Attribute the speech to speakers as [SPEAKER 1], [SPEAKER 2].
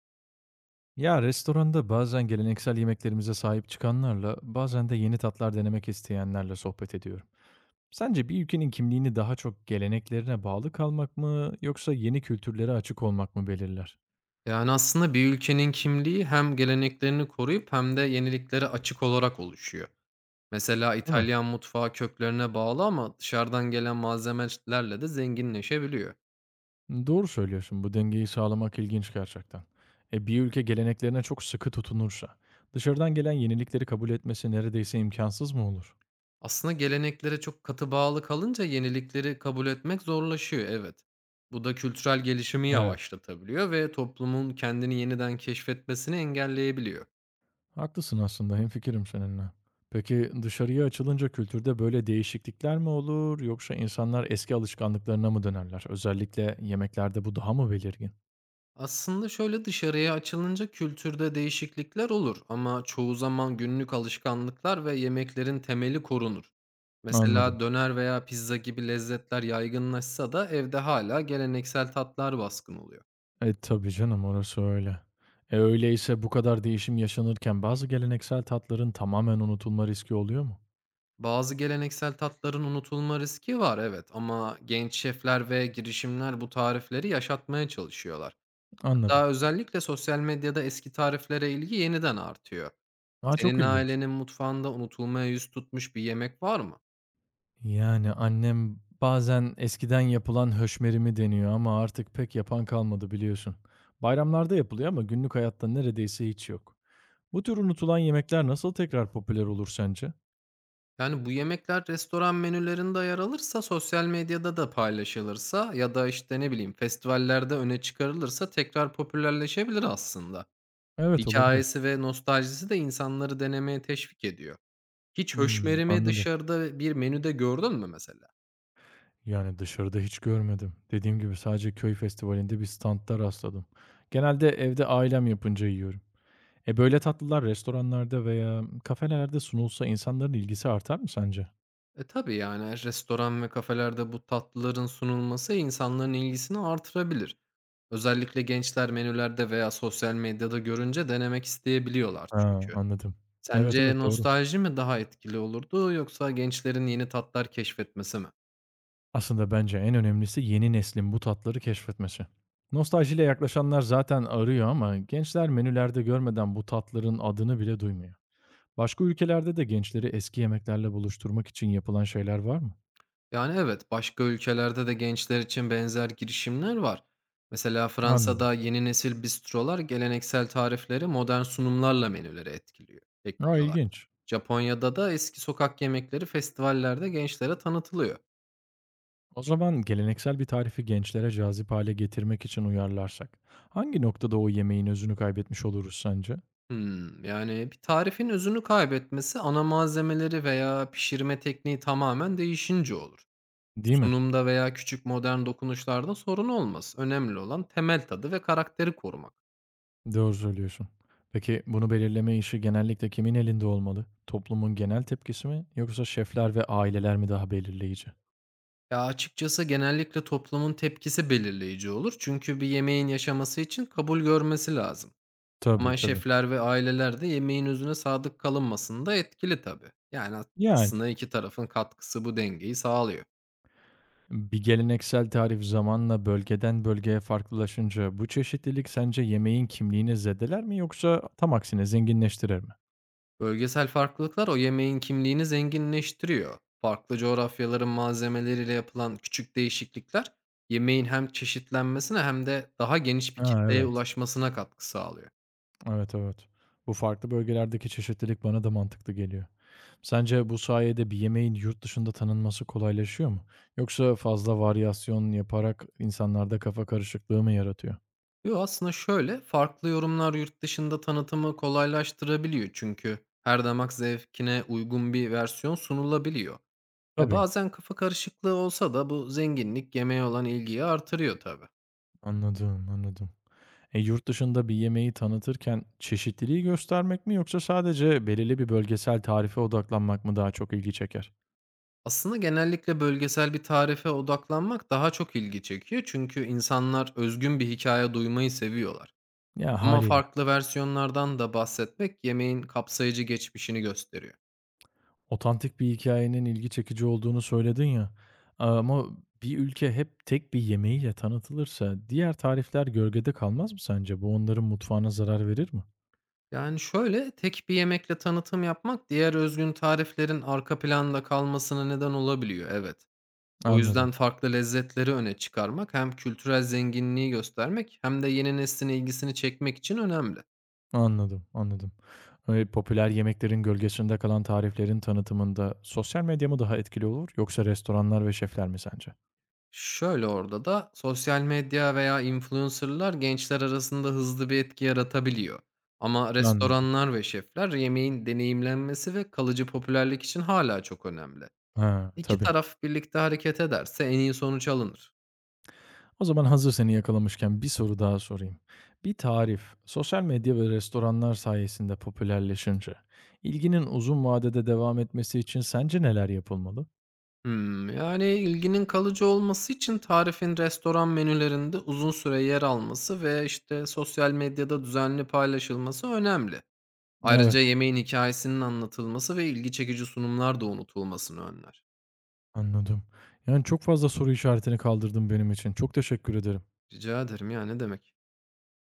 [SPEAKER 1] Ya restoranda bazen geleneksel yemeklerimize sahip çıkanlarla, bazen de yeni tatlar denemek isteyenlerle sohbet ediyorum. Sence bir ülkenin kimliğini daha çok geleneklerine bağlı kalmak mı yoksa yeni kültürlere açık olmak mı belirler?
[SPEAKER 2] Yani, aslında bir ülkenin kimliği hem geleneklerini koruyup hem de yeniliklere açık olarak oluşuyor. Mesela
[SPEAKER 1] Değil mi?
[SPEAKER 2] İtalyan mutfağı köklerine bağlı ama dışarıdan gelen malzemelerle de zenginleşebiliyor.
[SPEAKER 1] Doğru söylüyorsun. Bu dengeyi sağlamak ilginç gerçekten. E bir ülke geleneklerine çok sıkı tutunursa, dışarıdan gelen yenilikleri kabul etmesi neredeyse imkansız mı olur?
[SPEAKER 2] Aslında geleneklere çok katı bağlı kalınca yenilikleri kabul etmek zorlaşıyor, evet. Bu da kültürel gelişimi
[SPEAKER 1] Evet.
[SPEAKER 2] yavaşlatabiliyor ve toplumun kendini yeniden keşfetmesini engelleyebiliyor.
[SPEAKER 1] Haklısın aslında, hemfikirim seninle. Peki dışarıya açılınca kültürde böyle değişiklikler mi olur yoksa insanlar eski alışkanlıklarına mı dönerler? Özellikle yemeklerde bu daha mı belirgin?
[SPEAKER 2] Aslında şöyle dışarıya açılınca kültürde değişiklikler olur ama çoğu zaman günlük alışkanlıklar ve yemeklerin temeli korunur. Mesela
[SPEAKER 1] Anladım.
[SPEAKER 2] döner veya pizza gibi lezzetler yaygınlaşsa da evde hala geleneksel tatlar baskın oluyor.
[SPEAKER 1] E tabii canım orası öyle. E öyleyse bu kadar değişim yaşanırken bazı geleneksel tatların tamamen unutulma riski oluyor mu?
[SPEAKER 2] Bazı geleneksel tatların unutulma riski var evet ama genç şefler ve girişimler bu tarifleri yaşatmaya çalışıyorlar.
[SPEAKER 1] Anladım.
[SPEAKER 2] Hatta özellikle sosyal medyada eski tariflere ilgi yeniden artıyor.
[SPEAKER 1] Aa çok
[SPEAKER 2] Senin
[SPEAKER 1] ilginç.
[SPEAKER 2] ailenin mutfağında unutulmaya yüz tutmuş bir yemek var mı?
[SPEAKER 1] Yani annem bazen eskiden yapılan höşmerimi deniyor ama artık pek yapan kalmadı biliyorsun. Bayramlarda yapılıyor ama günlük hayatta neredeyse hiç yok. Bu tür unutulan yemekler nasıl tekrar popüler olur sence?
[SPEAKER 2] Yani bu yemekler restoran menülerinde yer alırsa, sosyal medyada da paylaşılırsa ya da, işte, ne bileyim, festivallerde öne çıkarılırsa tekrar popülerleşebilir aslında.
[SPEAKER 1] Evet, olabilir.
[SPEAKER 2] Hikayesi ve nostaljisi de insanları denemeye teşvik ediyor. Hiç
[SPEAKER 1] Hımm,
[SPEAKER 2] höşmerimi
[SPEAKER 1] anladım.
[SPEAKER 2] dışarıda bir menüde gördün mü mesela?
[SPEAKER 1] Yani dışarıda hiç görmedim. Dediğim gibi sadece köy festivalinde bir standta rastladım. Genelde evde ailem yapınca yiyorum. E, böyle tatlılar restoranlarda veya kafelerde sunulsa insanların ilgisi artar mı sence?
[SPEAKER 2] E, tabii, yani, restoran ve kafelerde bu tatlıların sunulması insanların ilgisini artırabilir. Özellikle gençler menülerde veya sosyal medyada görünce denemek isteyebiliyorlar
[SPEAKER 1] Ha,
[SPEAKER 2] çünkü.
[SPEAKER 1] anladım. Evet,
[SPEAKER 2] Sence
[SPEAKER 1] evet, doğru.
[SPEAKER 2] nostalji mi daha etkili olurdu yoksa gençlerin yeni tatlar keşfetmesi mi?
[SPEAKER 1] Aslında bence en önemlisi yeni neslin bu tatları keşfetmesi. Nostaljiyle yaklaşanlar zaten arıyor ama gençler menülerde görmeden bu tatların adını bile duymuyor. Başka ülkelerde de gençleri eski yemeklerle buluşturmak için yapılan şeyler var mı?
[SPEAKER 2] Yani evet, başka ülkelerde de gençler için benzer girişimler var. Mesela
[SPEAKER 1] Anladım.
[SPEAKER 2] Fransa'da yeni nesil bistrolar geleneksel tarifleri modern sunumlarla menülere etkiliyor,
[SPEAKER 1] Aa,
[SPEAKER 2] ekliyorlar.
[SPEAKER 1] ilginç.
[SPEAKER 2] Japonya'da da eski sokak yemekleri festivallerde gençlere tanıtılıyor.
[SPEAKER 1] O zaman geleneksel bir tarifi gençlere cazip hale getirmek için uyarlarsak, hangi noktada o yemeğin özünü kaybetmiş oluruz sence?
[SPEAKER 2] Hmm, yani bir tarifin özünü kaybetmesi ana malzemeleri veya pişirme tekniği tamamen değişince olur.
[SPEAKER 1] Değil mi?
[SPEAKER 2] Sunumda veya küçük modern dokunuşlarda sorun olmaz. Önemli olan temel tadı ve karakteri korumak.
[SPEAKER 1] Doğru söylüyorsun. Peki bunu belirleme işi genellikle kimin elinde olmalı? Toplumun genel tepkisi mi yoksa şefler ve aileler mi daha belirleyici?
[SPEAKER 2] Ya açıkçası genellikle toplumun tepkisi belirleyici olur. Çünkü bir yemeğin yaşaması için kabul görmesi lazım.
[SPEAKER 1] Tabii
[SPEAKER 2] Ama
[SPEAKER 1] tabii.
[SPEAKER 2] şefler ve aileler de yemeğin özüne sadık kalınmasında etkili tabii. Yani
[SPEAKER 1] Yani.
[SPEAKER 2] aslında iki tarafın katkısı bu dengeyi sağlıyor.
[SPEAKER 1] Bir geleneksel tarif zamanla bölgeden bölgeye farklılaşınca bu çeşitlilik sence yemeğin kimliğini zedeler mi yoksa tam aksine zenginleştirir mi?
[SPEAKER 2] Bölgesel farklılıklar o yemeğin kimliğini zenginleştiriyor. Farklı coğrafyaların malzemeleriyle yapılan küçük değişiklikler yemeğin hem çeşitlenmesine hem de daha geniş bir
[SPEAKER 1] Ha,
[SPEAKER 2] kitleye
[SPEAKER 1] evet.
[SPEAKER 2] ulaşmasına katkı sağlıyor.
[SPEAKER 1] Evet, evet. Bu farklı bölgelerdeki çeşitlilik bana da mantıklı geliyor. Sence bu sayede bir yemeğin yurt dışında tanınması kolaylaşıyor mu? Yoksa fazla varyasyon yaparak insanlarda kafa karışıklığı mı yaratıyor?
[SPEAKER 2] Yo aslında şöyle farklı yorumlar yurt dışında tanıtımı kolaylaştırabiliyor çünkü her damak zevkine uygun bir versiyon sunulabiliyor. E
[SPEAKER 1] Tabii.
[SPEAKER 2] bazen kafa karışıklığı olsa da bu zenginlik yemeğe olan ilgiyi artırıyor tabii.
[SPEAKER 1] Anladım, anladım. E, yurt dışında bir yemeği tanıtırken çeşitliliği göstermek mi yoksa sadece belirli bir bölgesel tarife odaklanmak mı daha çok ilgi çeker?
[SPEAKER 2] Aslında genellikle bölgesel bir tarife odaklanmak daha çok ilgi çekiyor çünkü insanlar özgün bir hikaye duymayı seviyorlar.
[SPEAKER 1] Ya
[SPEAKER 2] Ama
[SPEAKER 1] haliyle.
[SPEAKER 2] farklı versiyonlardan da bahsetmek yemeğin kapsayıcı geçmişini gösteriyor.
[SPEAKER 1] Otantik bir hikayenin ilgi çekici olduğunu söyledin ya. Ama bir ülke hep tek bir yemeğiyle tanıtılırsa diğer tarifler gölgede kalmaz mı sence? Bu onların mutfağına zarar verir mi?
[SPEAKER 2] Yani şöyle tek bir yemekle tanıtım yapmak diğer özgün tariflerin arka planda kalmasına neden olabiliyor, evet. O
[SPEAKER 1] Anladım.
[SPEAKER 2] yüzden farklı lezzetleri öne çıkarmak hem kültürel zenginliği göstermek hem de yeni neslin ilgisini çekmek için önemli.
[SPEAKER 1] Anladım, anladım. E, popüler yemeklerin gölgesinde kalan tariflerin tanıtımında sosyal medya mı daha etkili olur yoksa restoranlar ve şefler mi sence?
[SPEAKER 2] Şöyle orada da sosyal medya veya influencer'lar gençler arasında hızlı bir etki yaratabiliyor. Ama
[SPEAKER 1] Anladım.
[SPEAKER 2] restoranlar ve şefler yemeğin deneyimlenmesi ve kalıcı popülerlik için hala çok önemli.
[SPEAKER 1] Ha,
[SPEAKER 2] İki
[SPEAKER 1] tabii.
[SPEAKER 2] taraf birlikte hareket ederse en iyi sonuç alınır.
[SPEAKER 1] O zaman hazır seni yakalamışken bir soru daha sorayım. Bir tarif sosyal medya ve restoranlar sayesinde popülerleşince ilginin uzun vadede devam etmesi için sence neler yapılmalı?
[SPEAKER 2] Hmm, yani ilginin kalıcı olması için tarifin restoran menülerinde uzun süre yer alması ve işte sosyal medyada düzenli paylaşılması önemli.
[SPEAKER 1] Evet,
[SPEAKER 2] Ayrıca yemeğin hikayesinin anlatılması ve ilgi çekici sunumlar da unutulmasını önler.
[SPEAKER 1] anladım. Yani çok fazla soru işaretini kaldırdın benim için. Çok teşekkür ederim.
[SPEAKER 2] Rica ederim. Ya, ne demek.